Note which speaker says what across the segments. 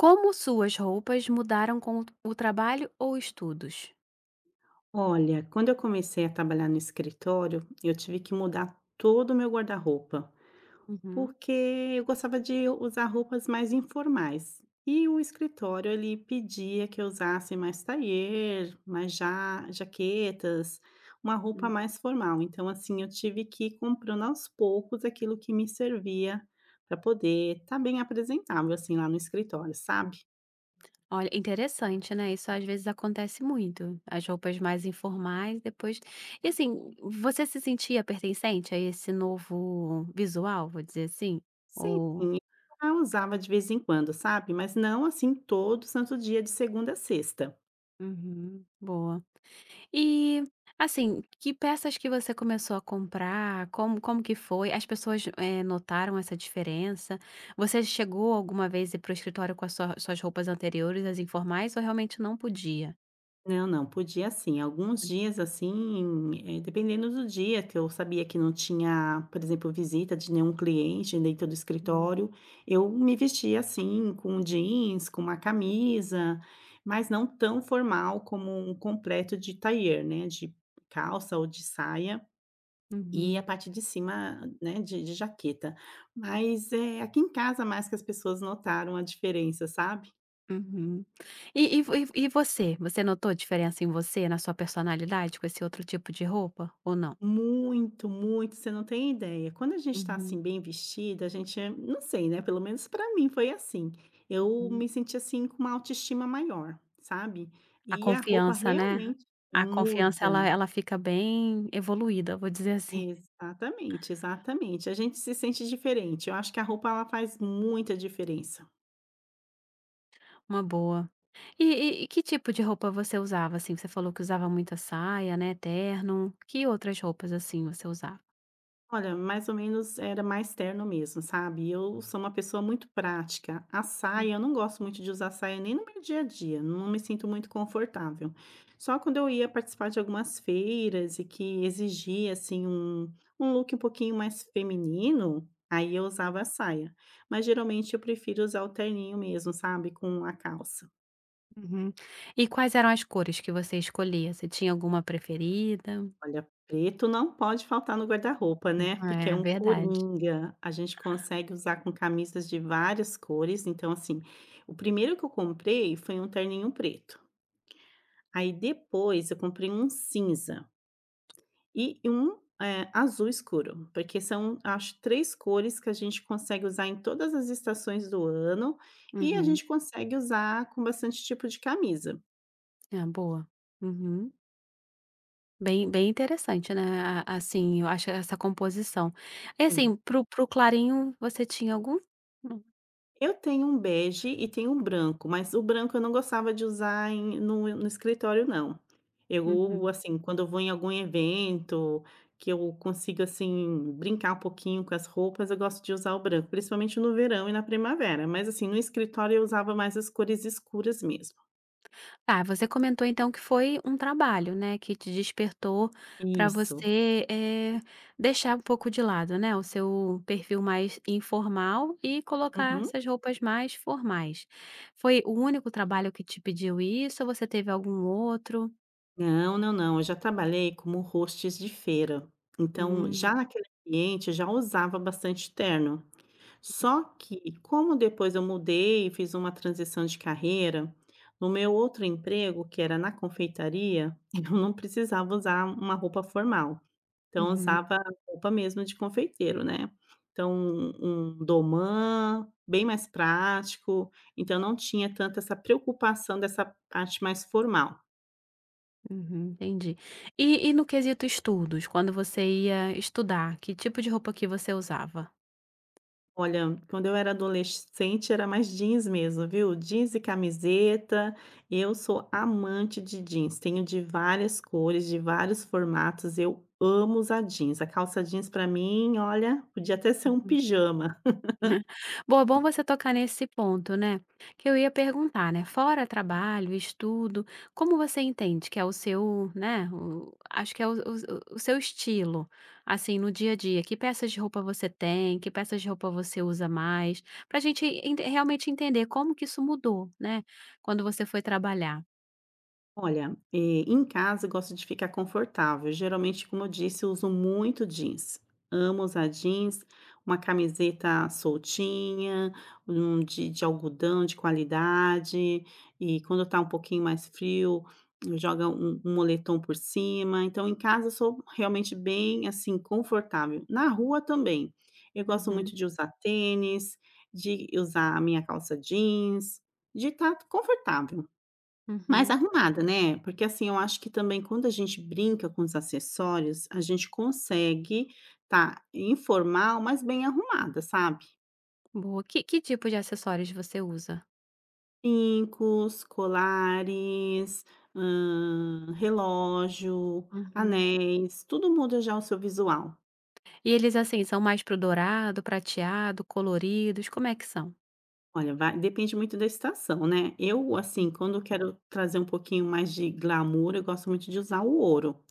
Speaker 1: Como suas roupas mudaram com o trabalho ou estudos?
Speaker 2: Olha, quando eu comecei a trabalhar no escritório, eu tive que mudar todo o meu guarda-roupa,
Speaker 1: Uhum,
Speaker 2: porque eu gostava de usar roupas mais informais. E o escritório ele pedia que eu usasse mais taier, mais ja jaquetas, uma roupa
Speaker 1: uhum.
Speaker 2: mais formal. Então, assim, eu tive que ir comprando aos poucos aquilo que me servia para poder estar bem apresentável assim lá no escritório, sabe?
Speaker 1: Olha, interessante, né, isso às vezes acontece muito, as roupas mais informais depois e assim, você se sentia pertencente a esse novo visual, vou dizer assim?
Speaker 2: Sim,
Speaker 1: Ou
Speaker 2: sim, eu usava de vez em quando, sabe, mas não assim todo santo dia de segunda a sexta.
Speaker 1: uhum. Boa. E, assim, que peças que você começou a comprar? Como que foi? As pessoas, notaram essa diferença? Você chegou alguma vez a ir para o escritório com as suas roupas anteriores, as informais, ou realmente não podia?
Speaker 2: Não, não, podia sim, alguns
Speaker 1: Podia.
Speaker 2: dias assim, dependendo do dia que eu sabia que não tinha, por exemplo, visita de nenhum cliente dentro do
Speaker 1: Hum.
Speaker 2: escritório, eu me vestia assim, com jeans, com uma camisa, mas não tão formal como um completo de tailleur, né, de calça ou de saia. E a
Speaker 1: Uhum,
Speaker 2: parte de cima, né, de jaqueta. Mas, é aqui em casa mais que as pessoas notaram a diferença, sabe.
Speaker 1: uhum. E vo e você? Você notou diferença em você, na sua personalidade, com esse outro tipo de roupa, ou não?
Speaker 2: Muito, muito, você não tem ideia. Quando a gente tá, assim,
Speaker 1: Uhum,
Speaker 2: bem vestida, a gente é não sei, né, pelo menos pra mim foi assim. Eu
Speaker 1: uhum.
Speaker 2: me senti, assim, com uma autoestima maior, sabe.
Speaker 1: A
Speaker 2: E a roupa
Speaker 1: confiança, né?
Speaker 2: realmente
Speaker 1: A confiança ela
Speaker 2: muda.
Speaker 1: ela fica bem evoluída, vou dizer assim.
Speaker 2: Exatamente, exatamente. A gente se sente diferente. Eu acho que a roupa ela faz muita diferença.
Speaker 1: Uma boa. E que tipo de roupa você usava, assim? Você falou que usava muita saia, né, terno. Que outras roupas, assim, você usava?
Speaker 2: Olha, mais ou menos era mais terno mesmo, sabe. Eu sou uma pessoa muito prática. A saia eu não gosto muito de usar saia nem no meu dia a dia, não me sinto muito confortável. Só quando eu ia participar de algumas feiras e que exigia, assim, um um look um pouquinho mais feminino, aí eu usava a saia. Mas geralmente eu prefiro usar o terninho mesmo, sabe, com a calça.
Speaker 1: Uhum. E quais eram as cores que você escolhia? Você tinha alguma preferida?
Speaker 2: Olha, preto não pode faltar no guarda-roupa, né, porque é
Speaker 1: É,
Speaker 2: um
Speaker 1: verdade.
Speaker 2: coringa, a gente consegue usar com camisas de várias cores, então assim, o primeiro que eu comprei foi um terninho preto, aí depois eu comprei um cinza e um, azul escuro, porque são acho 3 cores que a gente consegue usar em todas as estações do ano, e a
Speaker 1: Uhum.
Speaker 2: gente consegue usar com bastante tipo de camisa.
Speaker 1: É, boa. Uhum. Bem interessante, né, a assim, eu acho essa composição. E assim,
Speaker 2: Sim.
Speaker 1: para o clarinho, você tinha algum? Não.
Speaker 2: Eu tenho um bege e tenho um branco, mas o branco eu não gostava de usar em no escritório não. Eu,
Speaker 1: Uhum.
Speaker 2: assim, quando eu vou em algum evento, que eu consigo, assim, brincar um pouquinho com as roupas, eu gosto de usar o branco, principalmente no verão e na primavera, mas, assim, no escritório eu usava mais as cores escuras mesmo.
Speaker 1: Tá, você comentou então que foi um trabalho, né, que te despertou para
Speaker 2: Isso.
Speaker 1: você, deixar um pouco de lado, né, o seu perfil mais informal e colocar
Speaker 2: Uhum.
Speaker 1: essas roupas mais formais. Foi o único trabalho que te pediu isso ou você teve algum outro?
Speaker 2: Não, não, não, eu já trabalhei como hostes de feira, então já
Speaker 1: Hum,
Speaker 2: naquele ambiente eu já usava bastante terno. Só que, como depois eu mudei e fiz uma transição de carreira, no meu outro emprego, que era na confeitaria, eu não precisava usar uma roupa formal. Então, eu
Speaker 1: uhum,
Speaker 2: usava roupa mesmo de confeiteiro, né. Então, um domã, bem mais prático, então não tinha tanto essa preocupação dessa parte mais formal.
Speaker 1: uhum, entendi. E no quesito estudos, quando você ia estudar, que tipo de roupa que você usava?
Speaker 2: Olha, quando eu era adolescente era mais jeans mesmo, viu? Jeans e camiseta. Eu sou amante de jeans, tenho de várias cores, de vários formatos. Eu amo usar jeans. A calça jeans pra mim, olha, podia até ser um
Speaker 1: Uhum.
Speaker 2: pijama.
Speaker 1: Bom, é bom você tocar nesse ponto, né, que eu ia perguntar, né, fora trabalho, estudo, como você entende que é o seu, né, o acho que é o seu estilo, assim, no dia a dia? Que peças de roupa você tem, que peças de roupa você usa mais? Pra gente ent realmente entender como que isso mudou, né, quando você foi trabalhar.
Speaker 2: Olha, em casa eu gosto de ficar confortável. Geralmente, como eu disse, eu uso muito jeans. Amo usar jeans, uma camiseta soltinha, um de algodão de qualidade. E quando tá um pouquinho mais frio, eu jogo um moletom por cima. Então, em casa eu sou realmente bem assim confortável. Na rua também. Eu gosto
Speaker 1: Uhum,
Speaker 2: muito de usar tênis, de usar a minha calça jeans, de estar confortável. Mais
Speaker 1: uhum.
Speaker 2: arrumada, né, porque assim, eu acho que também quando a gente brinca com os acessórios, a gente consegue tá informal, mas bem arrumada, sabe.
Speaker 1: Boa. Que tipo de acessórios você usa?
Speaker 2: Brincos, colares, relógio,
Speaker 1: Uhum.
Speaker 2: anéis, tudo muda já o seu visual.
Speaker 1: E eles, assim, são mais pro dourado, prateado, coloridos, como é que são?
Speaker 2: Olha, vai depende muito da estação, né. Eu, assim, quando eu quero trazer um pouquinho mais de glamour, eu gosto muito de usar o ouro.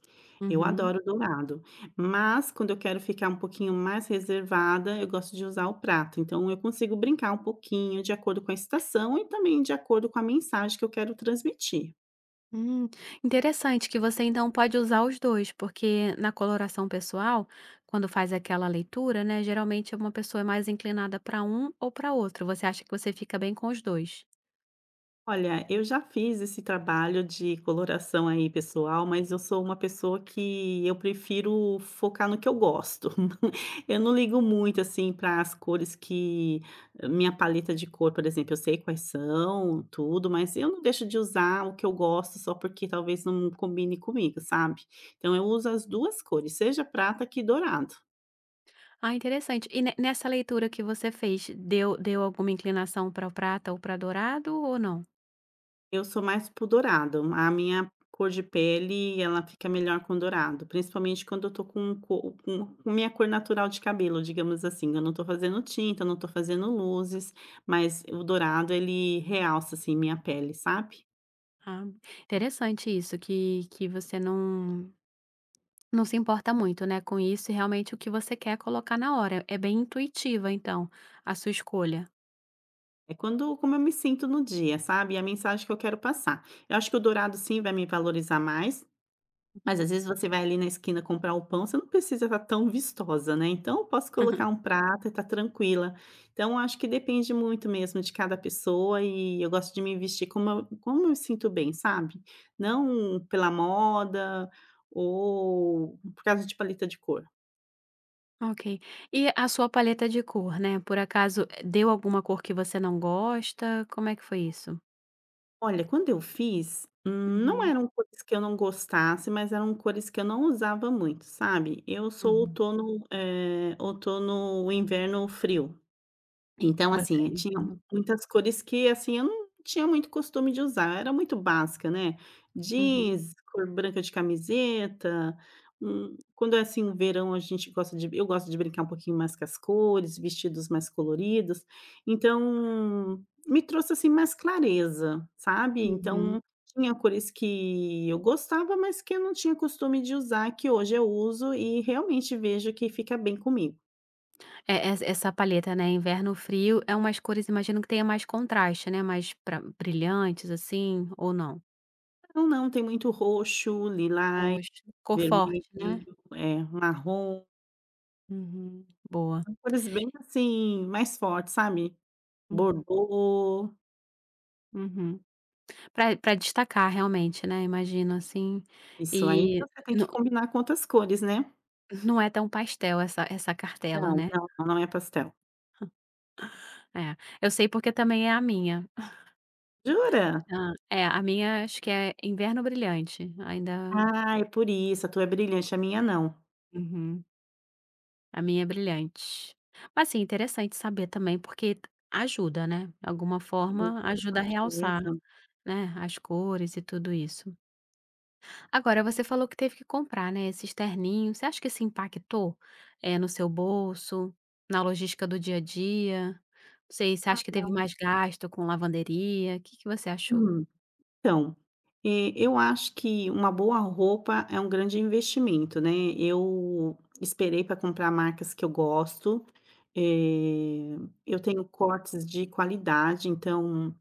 Speaker 2: Eu
Speaker 1: Uhum.
Speaker 2: adoro dourado, mas quando eu quero ficar um pouquinho mais reservada, eu gosto de usar o prata, então eu consigo brincar um pouquinho de acordo com a estação e também de acordo com a mensagem que eu quero transmitir.
Speaker 1: Hum, interessante que você então pode usar os 2, porque na coloração pessoal, quando faz aquela leitura, né, geralmente é uma pessoa é mais inclinada para um ou para outro. Você acha que você fica bem com os 2?
Speaker 2: Olha, eu já fiz esse trabalho de coloração aí pessoal, mas eu sou uma pessoa que eu prefiro focar no que eu gosto. Eu não ligo muito assim para as cores que minha paleta de cor, por exemplo, eu sei quais são, tudo, mas eu não deixo de usar o que eu gosto só porque talvez não combine comigo, sabe? Então eu uso as duas cores, seja prata que dourado.
Speaker 1: Ah, interessante. E ne nessa leitura que você fez, deu alguma inclinação para o prata ou para dourado ou não?
Speaker 2: Eu sou mais para dourado. A minha cor de pele, ela fica melhor com dourado, principalmente quando eu tô com co com minha cor natural de cabelo, digamos assim. Eu não tô fazendo tinta, eu não tô fazendo luzes, mas o dourado ele realça, assim, minha pele, sabe.
Speaker 1: Ah, interessante isso, que você não não se importa muito, né, com isso e realmente o que você quer colocar na hora. É bem intuitiva então, a sua escolha.
Speaker 2: É quando como eu me sinto no dia, sabe, e a mensagem que eu quero passar. Eu acho que o dourado sim vai me valorizar mais. Mas às vezes você vai ali na esquina comprar o pão, você não precisa estar tão vistosa, né, então eu posso
Speaker 1: Uhum.
Speaker 2: colocar um prato e tá tranquila. Então eu acho que depende muito mesmo de cada pessoa e eu gosto de me vestir como eu me sinto bem, sabe. Não pela moda ou por causa de paleta de cor.
Speaker 1: Ok. E a sua paleta de cor, né, por acaso, deu alguma cor que você não gosta? Como é que foi isso?
Speaker 2: Olha, quando eu fiz, não
Speaker 1: Uhum.
Speaker 2: eram cores que eu não gostasse, mas eram cores que eu não usava muito, sabe. Eu sou
Speaker 1: Uhum.
Speaker 2: outono, outono, inverno frio. Então,
Speaker 1: Você
Speaker 2: assim, tinha
Speaker 1: inverno
Speaker 2: muitas cores que, assim, eu não tinha muito costume de usar, era muito básica, né,
Speaker 1: uhum,
Speaker 2: jeans, cor branca de camiseta, quando é, assim, o verão a gente gosta de eu gosto de brincar um pouquinho mais com as cores, vestidos mais coloridos, então, me trouxe, assim, mais clareza, sabe,
Speaker 1: uhum.
Speaker 2: então, tinha cores que eu gostava, mas que eu não tinha costume de usar, que hoje eu uso e realmente vejo que fica bem comigo.
Speaker 1: É, essa paleta, né, inverno frio, é umas cores imagino que tenha mais contraste, né, mais pra brilhantes, assim, ou não?
Speaker 2: Não, não, tem muito roxo, lilás.
Speaker 1: Poxa. Cor
Speaker 2: Vermelho,
Speaker 1: forte, né?
Speaker 2: é, marrom,
Speaker 1: Uhum, boa.
Speaker 2: são cores bem, assim, mais fortes, sabe,
Speaker 1: Uhum,
Speaker 2: bordô,
Speaker 1: uhum. Pra destacar realmente, né, imagino, assim,
Speaker 2: isso, aí
Speaker 1: e
Speaker 2: você tem
Speaker 1: não
Speaker 2: que combinar com outras cores, né.
Speaker 1: não é tão pastel essa cartela,
Speaker 2: Não,
Speaker 1: né?
Speaker 2: não, não, não é pastel.
Speaker 1: É, eu sei porque também é a minha.
Speaker 2: Jura?
Speaker 1: Hã, é, a minha acho que é Inverno Brilhante, ainda
Speaker 2: Ah, é por isso, a tua é brilhante, a minha não.
Speaker 1: uhum, a minha é brilhante. Mas assim, interessante saber também, porque ajuda, né, de alguma
Speaker 2: Sim,
Speaker 1: forma ajuda
Speaker 2: com
Speaker 1: a realçar,
Speaker 2: certeza.
Speaker 1: né, as cores e tudo isso. Agora você falou que teve que comprar, né, esses terninhos, você acha que isso impactou, no seu bolso, na logística do dia a dia? Não sei, você
Speaker 2: Ah,
Speaker 1: acha que teve mais gasto com lavanderia? O que que você achou?
Speaker 2: hum, então, eu acho que uma boa roupa é um grande investimento, né, eu esperei para comprar marcas que eu gosto, eh, eu tenho cortes de qualidade, então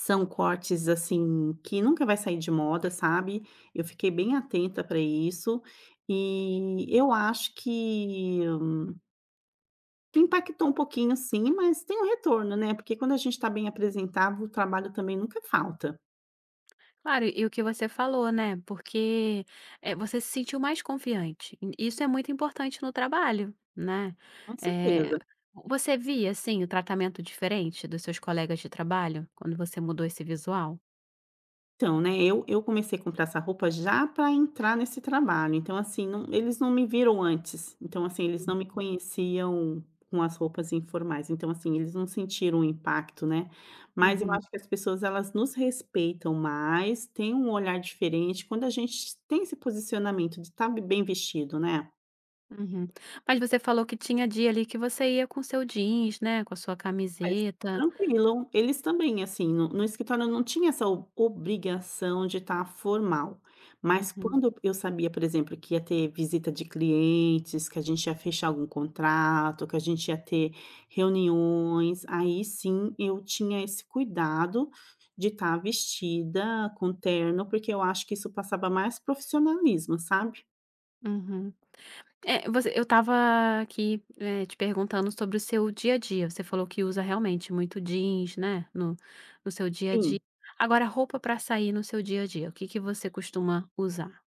Speaker 2: são cortes, assim, que nunca vai sair de moda, sabe. Eu fiquei bem atenta para isso, e eu acho que impactou um pouquinho sim, mas tem um retorno, né, porque quando a gente está bem apresentado, o trabalho também nunca falta,
Speaker 1: Claro, e o que você falou, né? Porque você se sentiu mais confiante. E isso é muito importante no trabalho, né?
Speaker 2: com
Speaker 1: Eh,
Speaker 2: certeza.
Speaker 1: Você via, assim, o tratamento diferente dos seus colegas de trabalho quando você mudou esse visual?
Speaker 2: Então, né, eu comecei a comprar essa roupa já para entrar nesse trabalho, então assim, não eles não me viram antes, então assim, eles não me conheciam com as roupas informais, então assim, eles não sentiram o impacto, né. Mas eu
Speaker 1: Uhum,
Speaker 2: acho que as pessoas elas nos respeitam mais, têm um olhar diferente quando a gente tem esse posicionamento de estar bem vestido, né.
Speaker 1: uhum. Mas você falou que tinha dia ali que você ia com seu jeans, né? Com a sua
Speaker 2: Mas
Speaker 1: camiseta.
Speaker 2: tranquilo, eles também, assim, no escritório não tinha essa o obrigação de estar formal, mas
Speaker 1: Uhum,
Speaker 2: quando eu sabia, por exemplo, que ia ter visita de clientes, que a gente ia fechar algum contrato, que a gente ia ter reuniões, aí sim eu tinha esse cuidado de estar vestida com terno, porque eu acho que isso passava mais profissionalismo, sabe?
Speaker 1: uhum. É, você eu estava aqui, te perguntando sobre o seu dia a dia. Você falou que usa realmente muito jeans, né, no no seu dia a dia.
Speaker 2: Sim.
Speaker 1: Agora roupa pra sair no seu dia a dia, o que que você costuma usar?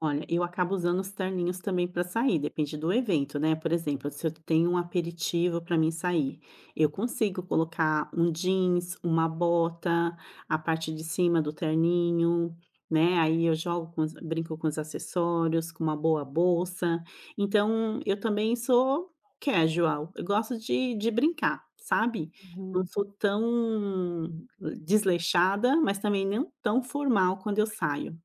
Speaker 2: Olha, eu acabo usando os terninhos também para sair, depende do evento, né? Por exemplo, se eu tenho um aperitivo para mim sair, eu consigo colocar um jeans, uma bota, a parte de cima do terninho, né? Aí eu jogo com brinco com os acessórios, com uma boa bolsa. Então, eu também sou casual, eu gosto de brincar, sabe? Não
Speaker 1: Uhum.
Speaker 2: sou tão desleixada, mas também não tão formal quando eu saio.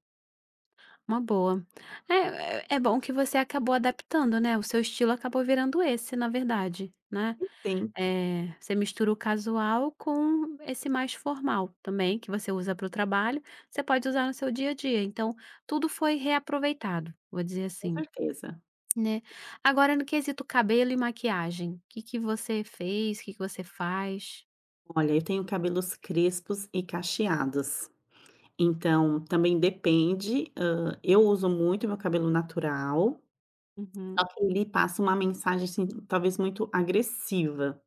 Speaker 1: Uma boa. É é bom que você acabou adaptando, né, o seu estilo acabou virando esse na verdade, né.
Speaker 2: Sim,
Speaker 1: Você mistura o casual com esse mais formal também, que você usa para o trabalho, você pode usar no seu dia a dia, então tudo foi reaproveitado, vou dizer
Speaker 2: com
Speaker 1: assim.
Speaker 2: certeza.
Speaker 1: Né. Agora no quesito cabelo e maquiagem, o que que você fez, o que que você faz?
Speaker 2: Olha, eu tenho cabelos crespos e cacheados, então também depende, eu uso muito meu cabelo natural,
Speaker 1: Uhum.
Speaker 2: ele passa uma mensagem, assim, talvez muito agressiva.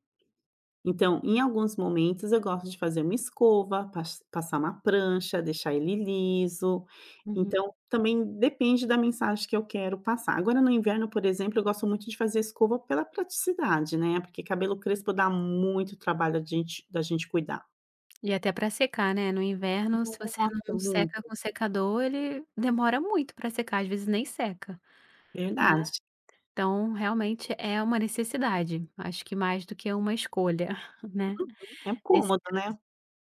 Speaker 2: Então, em alguns momentos eu gosto de fazer uma escova, passar uma prancha, deixar ele liso,
Speaker 1: Uhum.
Speaker 2: então também depende da mensagem que eu quero passar. Agora no inverno, por exemplo, eu gosto muito de fazer escova pela praticidade, né, porque cabelo crespo dá muito trabalho de gente da gente cuidar.
Speaker 1: E até para secar, né, no inverno se você
Speaker 2: Nossa,
Speaker 1: não seca
Speaker 2: muito.
Speaker 1: com secador ele demora muito para secar, às vezes nem seca.
Speaker 2: Verdade.
Speaker 1: Então realmente é uma necessidade, acho que mais do que uma escolha, né,
Speaker 2: É
Speaker 1: nesse
Speaker 2: cômodo, né.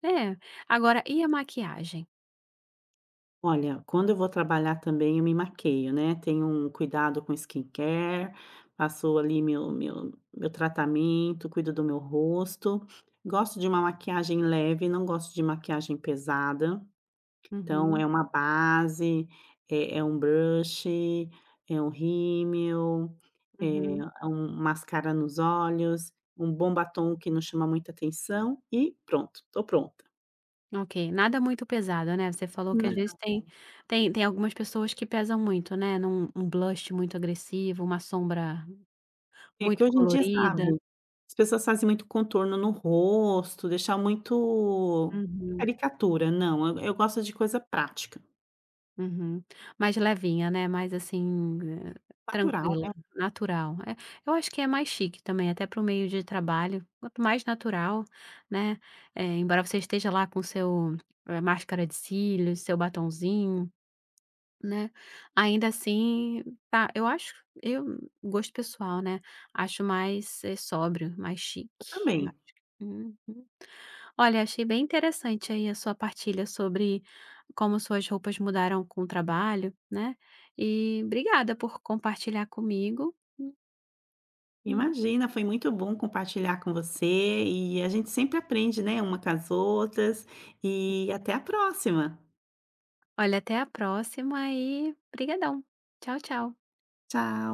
Speaker 1: é. Agora e a maquiagem?
Speaker 2: Olha, quando eu vou trabalhar também eu me maqueio, né, tenho um cuidado com skincare, passo ali meu tratamento, cuido do meu rosto. Gosto de uma maquiagem leve, não gosto de maquiagem pesada, então
Speaker 1: Uhum,
Speaker 2: é uma base, é um brush, é um rímel, é
Speaker 1: uhum.
Speaker 2: é um mascara nos olhos, um bom batom que não chama muita atenção e pronto, tô pronta.
Speaker 1: Ok, nada muito pesado, né, você falou que às vezes
Speaker 2: Não,
Speaker 1: tem tem algumas pessoas que pesam muito, né, num um blush muito agressivo, uma sombra
Speaker 2: é
Speaker 1: muito
Speaker 2: que hoje em dia,
Speaker 1: colorida.
Speaker 2: sabe, as pessoas fazem muito contorno no rosto, deixar muito
Speaker 1: Uhum,
Speaker 2: caricatura, não, eu gosto de coisa prática,
Speaker 1: uhum. Mais levinha, né, mais assim,
Speaker 2: natural,
Speaker 1: tranquila,
Speaker 2: né,
Speaker 1: natural. É, eu acho que é mais chique também, até para o meio de trabalho, quanto mais natural, né, embora você esteja lá com seu, máscara de cílios, seu batonzinho. Né, ainda assim, tá eu acho eu gosto pessoal, né, acho mais, sóbrio, mais chique,
Speaker 2: eu
Speaker 1: eu
Speaker 2: também.
Speaker 1: acho. Uhum. Olha, achei bem interessante aí a sua partilha sobre como suas roupas mudaram com o trabalho, né, e obrigada por compartilhar comigo. Uhum.
Speaker 2: Imagina, foi muito bom compartilhar com você e a gente sempre aprende, né, uma com as outras, e até a próxima.
Speaker 1: Olha, até a próxima e brigadão. Tchau, tchau.
Speaker 2: Tchau.